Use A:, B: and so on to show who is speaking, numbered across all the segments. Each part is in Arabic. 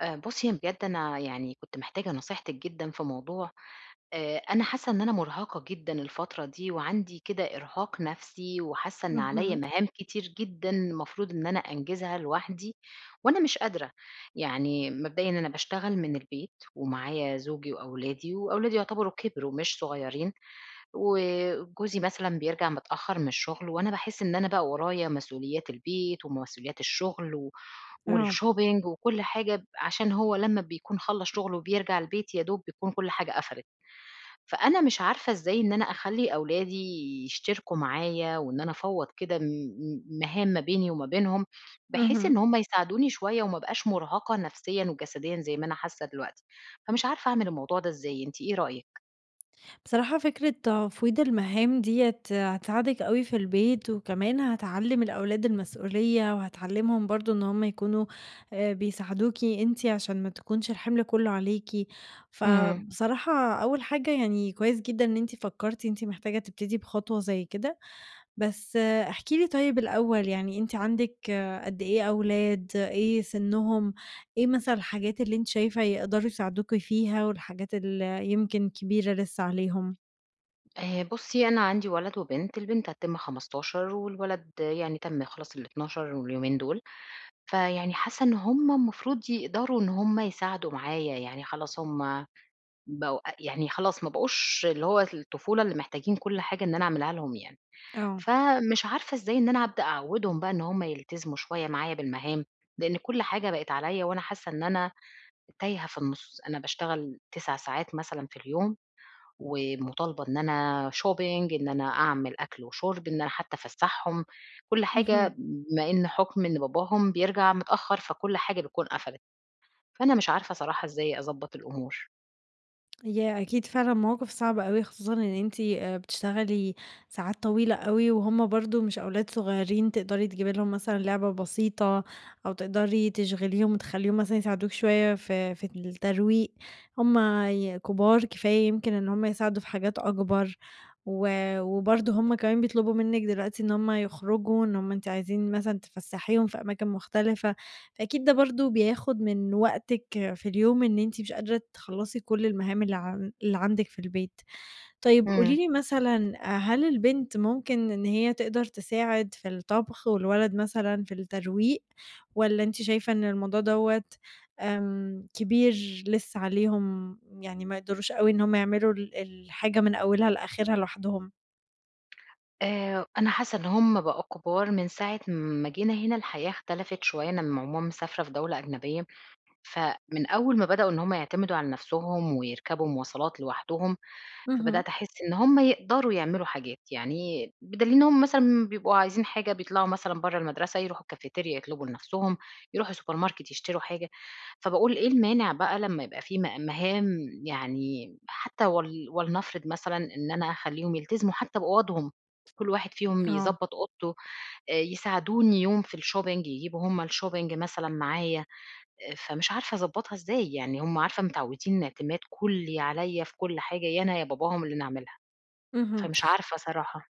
A: بُصّي، هي بجد أنا يعني كنت محتاجة نصيحتِك جدًا في موضوع. أنا حاسة إن أنا مُرهقة جدًا الفترة دي، وعندي كده إرهاق نفسي، وحاسة إن عليّا
B: اهم،
A: مهام كتير جدًا المفروض إن أنا أنجزها لوحدي، وأنا مش قادرة. يعني مبدئيًا أنا باشتغل من البيت، ومعايا زوجي وأولادي، وأولادي يعتبروا كبروا مش صغيرين، وجوزي مثلًا بيرجع متأخر من الشغل، وأنا باحس إن أنا بقى ورايا مسؤوليات البيت، ومسؤوليات الشغل، و
B: آه،
A: والshopping وكل حاجة، عشان هو لمّا بيكون خلّص شغله وبيرجع البيت يا دوب بيكون كل حاجة قفلت. فأنا مش عارفة إزاي إن أنا أخلّي أولادي يشتركوا معايا، وإن أنا أفوّض كده م م مهام ما بيني وما بينهم، بحيث
B: اهم.
A: إن هُم يساعدوني شوية وما أبقاش مرهقة نفسيًا وجسديًا زي ما أنا حاسة دلوقتي، فمش عارفة أعمل الموضوع ده إزاي، أنتِ إيه رأيِك؟
B: بصراحة فكرة تفويض المهام ديّة هتساعدِك أوي في البيت، وكمان هتعلّم الأولاد المسؤولية، وهتعلّمهم برضه إن هُم يكونوا بيساعدوكِ أنتِ عشان ما تكونش الحِمل كلّه عليكِ.
A: إمم.
B: فبصراحة أول حاجة يعني كويس جدًا إن أنتِ فكّرتِ أنتِ محتاجة تبتدي بخطوة زي كده. بس احكي لي طيب الأول يعني أنتِ عندِك قد إيه أولاد، إيه سنّهم، إيه مثلًا الحاجات اللي أنتِ شايفة يقدروا يساعدوكِ فيها والحاجات اللي يمكن كبيرة لسه عليهم؟
A: بُصّي، أنا عندي ولد وبنت، البنت هتتم 15 والولد يعني تم خلاص ال12 واليومين دول، فيعني حاسة إن هُم المفروض يقدروا إن هُم يساعدوا معايا، يعني خلاص هُم بقوا يعني خلاص ما بقوش اللي هو الطفولة اللي محتاجين كل حاجة إن أنا أعملها لهم يعني،
B: آه.
A: فمش عارفة إزاي إن أنا أبدأ أعوّدهم بقى إن هم يلتزموا شوية معايا بالمهام، لإن كل حاجة بقت عليّا وأنا حاسة إن أنا تايهة في النُص، أنا باشتغل 9 ساعات مثلًا في اليوم، ومُطالبة إن أنا shopping إن أنا أعمل أكل وشُرب، إن أنا حتى أفسّحهم، كل حاجة
B: اهم.
A: بما إن حُكم إن باباهم بيرجع متأخّر، فكل حاجة بتكون قفلت، فأنا مش عارفة صراحة إزاي أضبّط الأمور.
B: ياه! أكيد فعلًا موقف صعب أوي، خصوصًا إن أنتِ بتشتغلي ساعات طويلة أوي، وهُم برضه مش أولاد صغيرين تقدري تجيبي لهم مثلًا لعبة بسيطة، أو تقدري تشغليهم وتخلّيهم مثلًا يساعدوك شوية في الترويق، هُم كبار كفاية يمكن إن هُم يساعدوا في حاجات أكبر، و وبرضه هُم كمان بيطلبوا منِّك دلوقتي إن هُم يخرجوا، إن هُم أنتِ عايزين مثلًا تفسّحيهم في أماكن مختلفة. أكيد ده برضه بياخد من وقتِك في اليوم إن أنتِ مش قادرة تخلّصي كل المهام اللي عندِك في البيت. طيب قولي
A: إمم.
B: لي مثلًا هل البنت ممكن إن هي تقدر تساعد في الطبخ والولد مثلًا في الترويق، والّا أنتِ شايفة إن الموضوع دوّة كبير لسه عليهم، يعني ما يقدروش أوي إن هم يعملوا الحاجة من أولها لآخرها لوحدهم؟
A: أنا حاسة إن هم بقوا كبار من ساعة ما جينا هنا الحياة اختلفت شوية، أنا ماما مسافرة في دولة أجنبية، فمن أول ما بدأوا إن هم يعتمدوا على نفسهم ويركبوا مواصلات لوحدهم
B: اهم،
A: فبدأت أحس إن هم يقدروا يعملوا حاجات، يعني بدليل إن هم مثلًا بيبقوا عايزين حاجة بيطلعوا مثلًا برّه المدرسة، يروحوا الكافتيريا يطلبوا لنفسهم، يروحوا السوبر ماركت يشتروا حاجة، فباقول إيه المانع بقى لمّا يبقى في مهام يعني حتى ولنفرض مثلًا إن أنا أخلّيهم يلتزموا حتى بأوضهم، كل واحد فيهم
B: آه.
A: يضبّط أوضته، يساعدوني يوم في الشوبينج، يجيبوا هم الشوبينج مثلًا معايا. فمش عارفة أضبّطها إزاي، يعني هُم عارفة متعوّدين اعتماد كُلّي عليّا في كل حاجة، يا أنا يا باباهم اللي نعملها،
B: اهم.
A: فمش عارفة صراحة.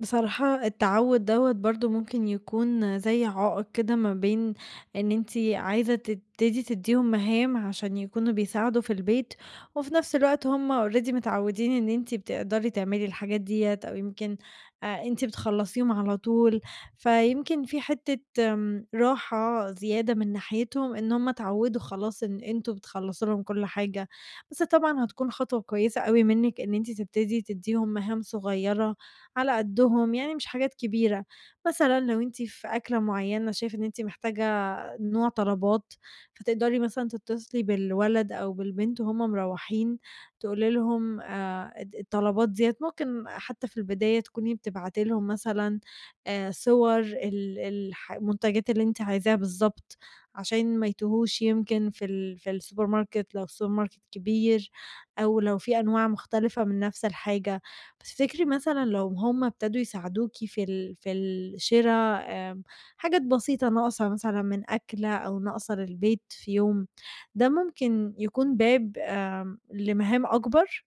B: بصراحة التعوّد دوّة برضه ممكن يكون زي عائق كده ما بين إن أنتِ عايزة تبتدي تدّيهم مهام عشان يكونوا بيساعدوا في البيت، وفي نفس الوقت هم already متعوّدين إن أنتِ بتقدري تعملي الحاجات ديّة أو يمكن أنتِ بتخلّصيهم على طول، فيمكن في حتّة راحة زيادة من ناحيتهم إن هم اتعوّدوا خلاص إن أنتم بتخلّصوا لهم كل حاجة، بس طبعًا هتكون خطوة كويسة أوي منِّك إن أنتِ تبتدي تدّيهم مهام صغيّرة على قدّهم، يعني مش حاجات كبيرة. مثلًا لو أنتِ في أكلة معيّنة شايفة إن أنتِ محتاجة نوع طلبات، فتقدري مثلًا تتصلي بالولد أو بالبنت وهُم مروّحين، تقولي لهم الد الطلبات ديّة ممكن حتى في البداية تكوني بتبعتي لهم مثلًا صور ال الح المنتجات اللي أنتِ عايزاها بالضبط، عشان ما يتوهوش يمكن في السوبر ماركت لو السوبر ماركت كبير، أو لو في أنواع مختلفة من نفس الحاجة. بس تفتكري مثلًا لو هُم ابتدوا يساعدوكِ في الشرا آمم، حاجات بسيطة ناقصة مثلًا من أكلة أو ناقصة للبيت في يوم، ده ممكن يكون باب لمهام أكبر؟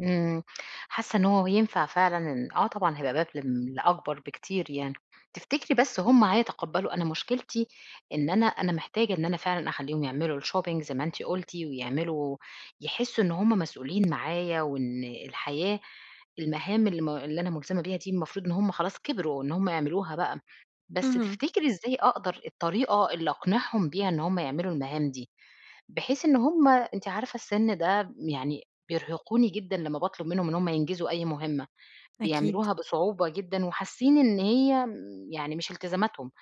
A: إمم، حاسة إن هو ينفع فعلًا إن آه طبعًا هيبقى باب لم لأكبر بكتير يعني. تفتكري بس هُم هيتقبّلوا؟ أنا مشكلتي إن أنا محتاجة إن أنا فعلًا أخلّيهم يعملوا الshopping زي ما أنتِ قُلتِ، ويعملوا يحسّوا إن هُم مسؤولين معايا، وإن الحياة المهام اللي أنا ملزمة بيها دي المفروض إن هُم خلاص كبروا، إن هُم يعملوها بقى. بس
B: اهم،
A: تفتكري إزاي أقدر الطريقة اللي أقنعهم بيها إن هم يعملوا المهام دي، بحيث إن هم أنتِ عارفة السِن ده يعني بيرهقوني جدًا لمّا باطلب منهم إن هم ينجزوا أي مهمة،
B: أكيد.
A: بيعملوها بصعوبة جدًا وحاسين إن هي يعني مش التزاماتهم،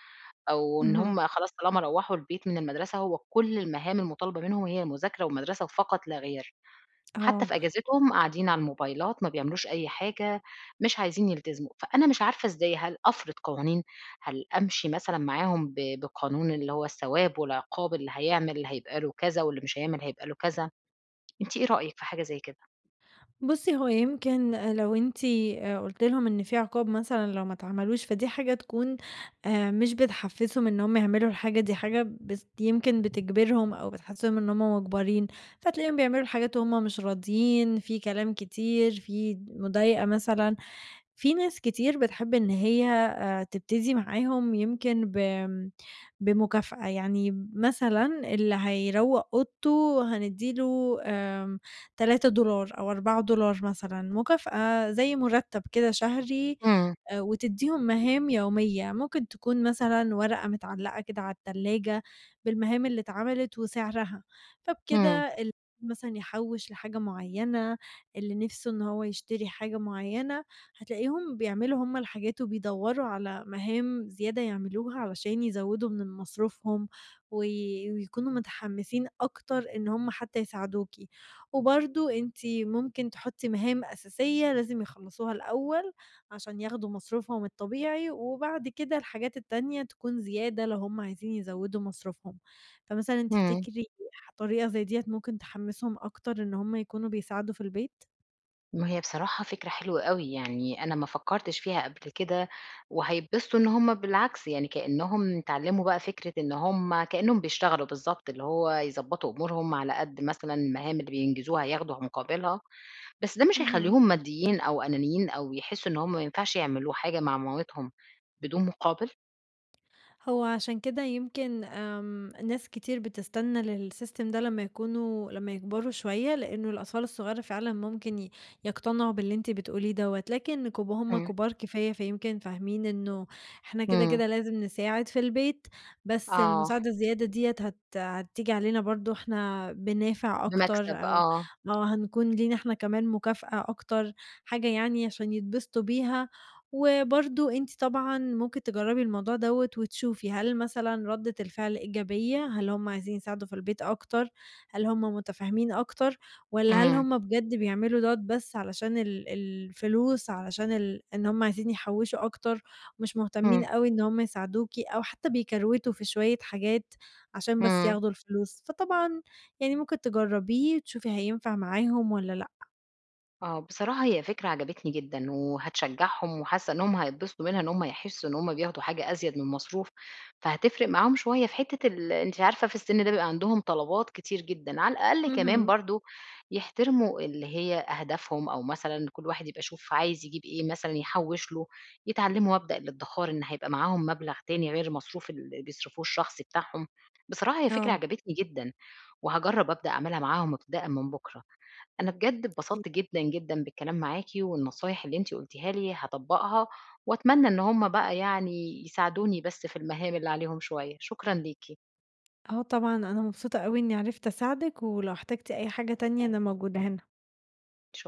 A: أو إن
B: اهم،
A: هم خلاص طالما روّحوا البيت من المدرسة هو كل المهام المطالبة منهم هي المذاكرة والمدرسة وفقط لا غير. حتى
B: آه.
A: في أجازتهم قاعدين على الموبايلات، ما بيعملوش أي حاجة، مش عايزين يلتزموا، فأنا مش عارفة إزاي هل أفرض قوانين، هل أمشي مثلًا معاهم بقانون اللي هو الثواب والعقاب، اللي هيعمل هيبقى له كذا واللي مش هيعمل هيبقى له كذا، أنتِ إيه رأيِك في حاجة زي كده؟
B: بُصّي، هو يمكن لو أنتِ قُلتِ لهم إن في عقاب مثلًا لو ما اتعملوش، فدي حاجة تكون مش بتحفّزهم إن هم يعملوا الحاجة دي، حاجة يمكن بتجبرهم أو بتحسّسهم إن هم مُجبرين، فتلاقيهم بيعملوا الحاجات وهم مش راضيين، في كلام كتير، في مضايقة مثلًا. في ناس كتير بتحب إن هي تبتدي معاهم يمكن بمكافأة، يعني مثلًا اللي هيروّق أوضته هندّي له $3 أو $4 مثلًا مكافأة زي مُرتّب كده شهري
A: إمم،
B: وتدّيهم مهام يومية، ممكن تكون مثلًا ورقة متعلّقة كده على التلاجة بالمهام اللي اتعملت وسعرها، فبكده
A: إمم،
B: ال مثلًا يحوّش لحاجة معيّنة، اللي نِفْسه إن هو يشتري حاجة معيّنة هتلاقيهم بيعملوا هم الحاجات وبيدوّروا على مهام زيادة يعملوها علشان يزوّدوا من مصروفهم ويكونوا متحمّسين أكتر إن هم حتّى يساعدوكِ. وبرضه أنتِ ممكن تحُطّي مهام أساسية لازم يخلّصوها الأول عشان ياخدوا مصروفهم الطبيعي وبعد كده الحاجات التانية تكون زيادة لو هم عايزين يزوّدوا مصروفهم. فمثلًا
A: إمم.
B: تفتكري طريقة زي ديّة ممكن تحمّسهم أكتر إن هم يكونوا بيساعدوا في البيت؟
A: ما هي بصراحة فكرة حلوة أوي، يعني أنا ما فكّرتش فيها قبل كده، وهيتبسطوا إن هُم بالعكس يعني كإنّهم اتعلّموا بقى فكرة إن هُم كإنّهم بيشتغلوا بالضبط، اللي هو يضبّطوا أمورهم على قد مثلًا المهام اللي بينجزوها هياخدوا مقابلها، بس ده مش
B: اهم.
A: هيخلّيهم ماديين أو أنانيين أو يحسّوا إن هُم ما ينفعش يعملوا حاجة مع مامتهم بدون مقابل؟
B: هو عشان كده يمكن ناس كتير بتستنى للsystem ده لمّا يكبروا شوية، لإنه الأطفال الصغيرة فعلًا ممكن يقتنعوا باللي أنتِ بتقوليه دوّة، لكن هُم
A: إمم،
B: كبار كفاية فيمكن فاهمين إنه إحنا كده،
A: إمم،
B: كده لازم نساعد في البيت، بس
A: آه،
B: المساعدة الزيادة ديّة هتيجي علينا برضه إحنا بنافع
A: بمكسب
B: أكتر أو
A: آه،
B: هنكون لينا إحنا كمان مكافأة أكتر، حاجة يعني عشان يتبسطوا بيها وبرضه أنتِ طبعًا ممكن تجرّبي الموضوع دوّة وتشوفي هل مثلًا ردّة الفعل إيجابية، هل هُم عايزين يساعدوا في البيت أكتر، هل هُم متفاهمين أكتر، والّا هل
A: إمم،
B: هُم بجد بيعملوا دوّة بس علشان الفلوس، علشان إن هُم عايزين يحوّشوا أكتر، ومش مهتمين
A: إمم،
B: أوي إن هُم يساعدوكِ، أو حتى بيكروتوا في شوية حاجات عشان بس
A: إمم.
B: ياخدوا الفلوس، فطبعًا يعني ممكن تجرّبيه تشوفي هينفع معاهم والّا لأ.
A: آه، بصراحة هي فكرة عجبتني جدًا، وهتشجّعهم وحاسة إنهم هيتبسطوا منها، إن هم هيحسوا إن هم بياخدوا حاجة أزيد من المصروف، فهتفرق معاهم شوية في حتة ال أنتِ عارفة في السن ده بيبقى عندهم طلبات كتير جدًا، على الأقل كمان
B: اهم،
A: برضه يحترموا اللي هي أهدافهم، أو مثلًا كل واحد يبقى يشوف عايز يجيب إيه مثلًا يحوّش له، يتعلموا مبدأ الادخار إن هيبقى معاهم مبلغ تاني غير المصروف اللي بيصرفوه الشخصي بتاعهم، بصراحة هي فكرة
B: آه.
A: عجبتني جدًا، وهاجرّب أبدأ أعملها معاهم ابتداءً من بُكرة. أنا بجد اتبسطت جدًا، جدًا بالكلام معاكِ، والنصايح اللي أنتِ قُلتيها لي هاطبّقها، وأتمنى إن هُم بقى يعني يساعدوني بس في المهام اللي عليهم شوية. شكرًا ليكِ.
B: آه طبعًا، أنا مبسوطة أوي إني عرفت أساعدِك، ولو احتجتِ أي حاجة تانية أنا موجودة هنا.
A: ش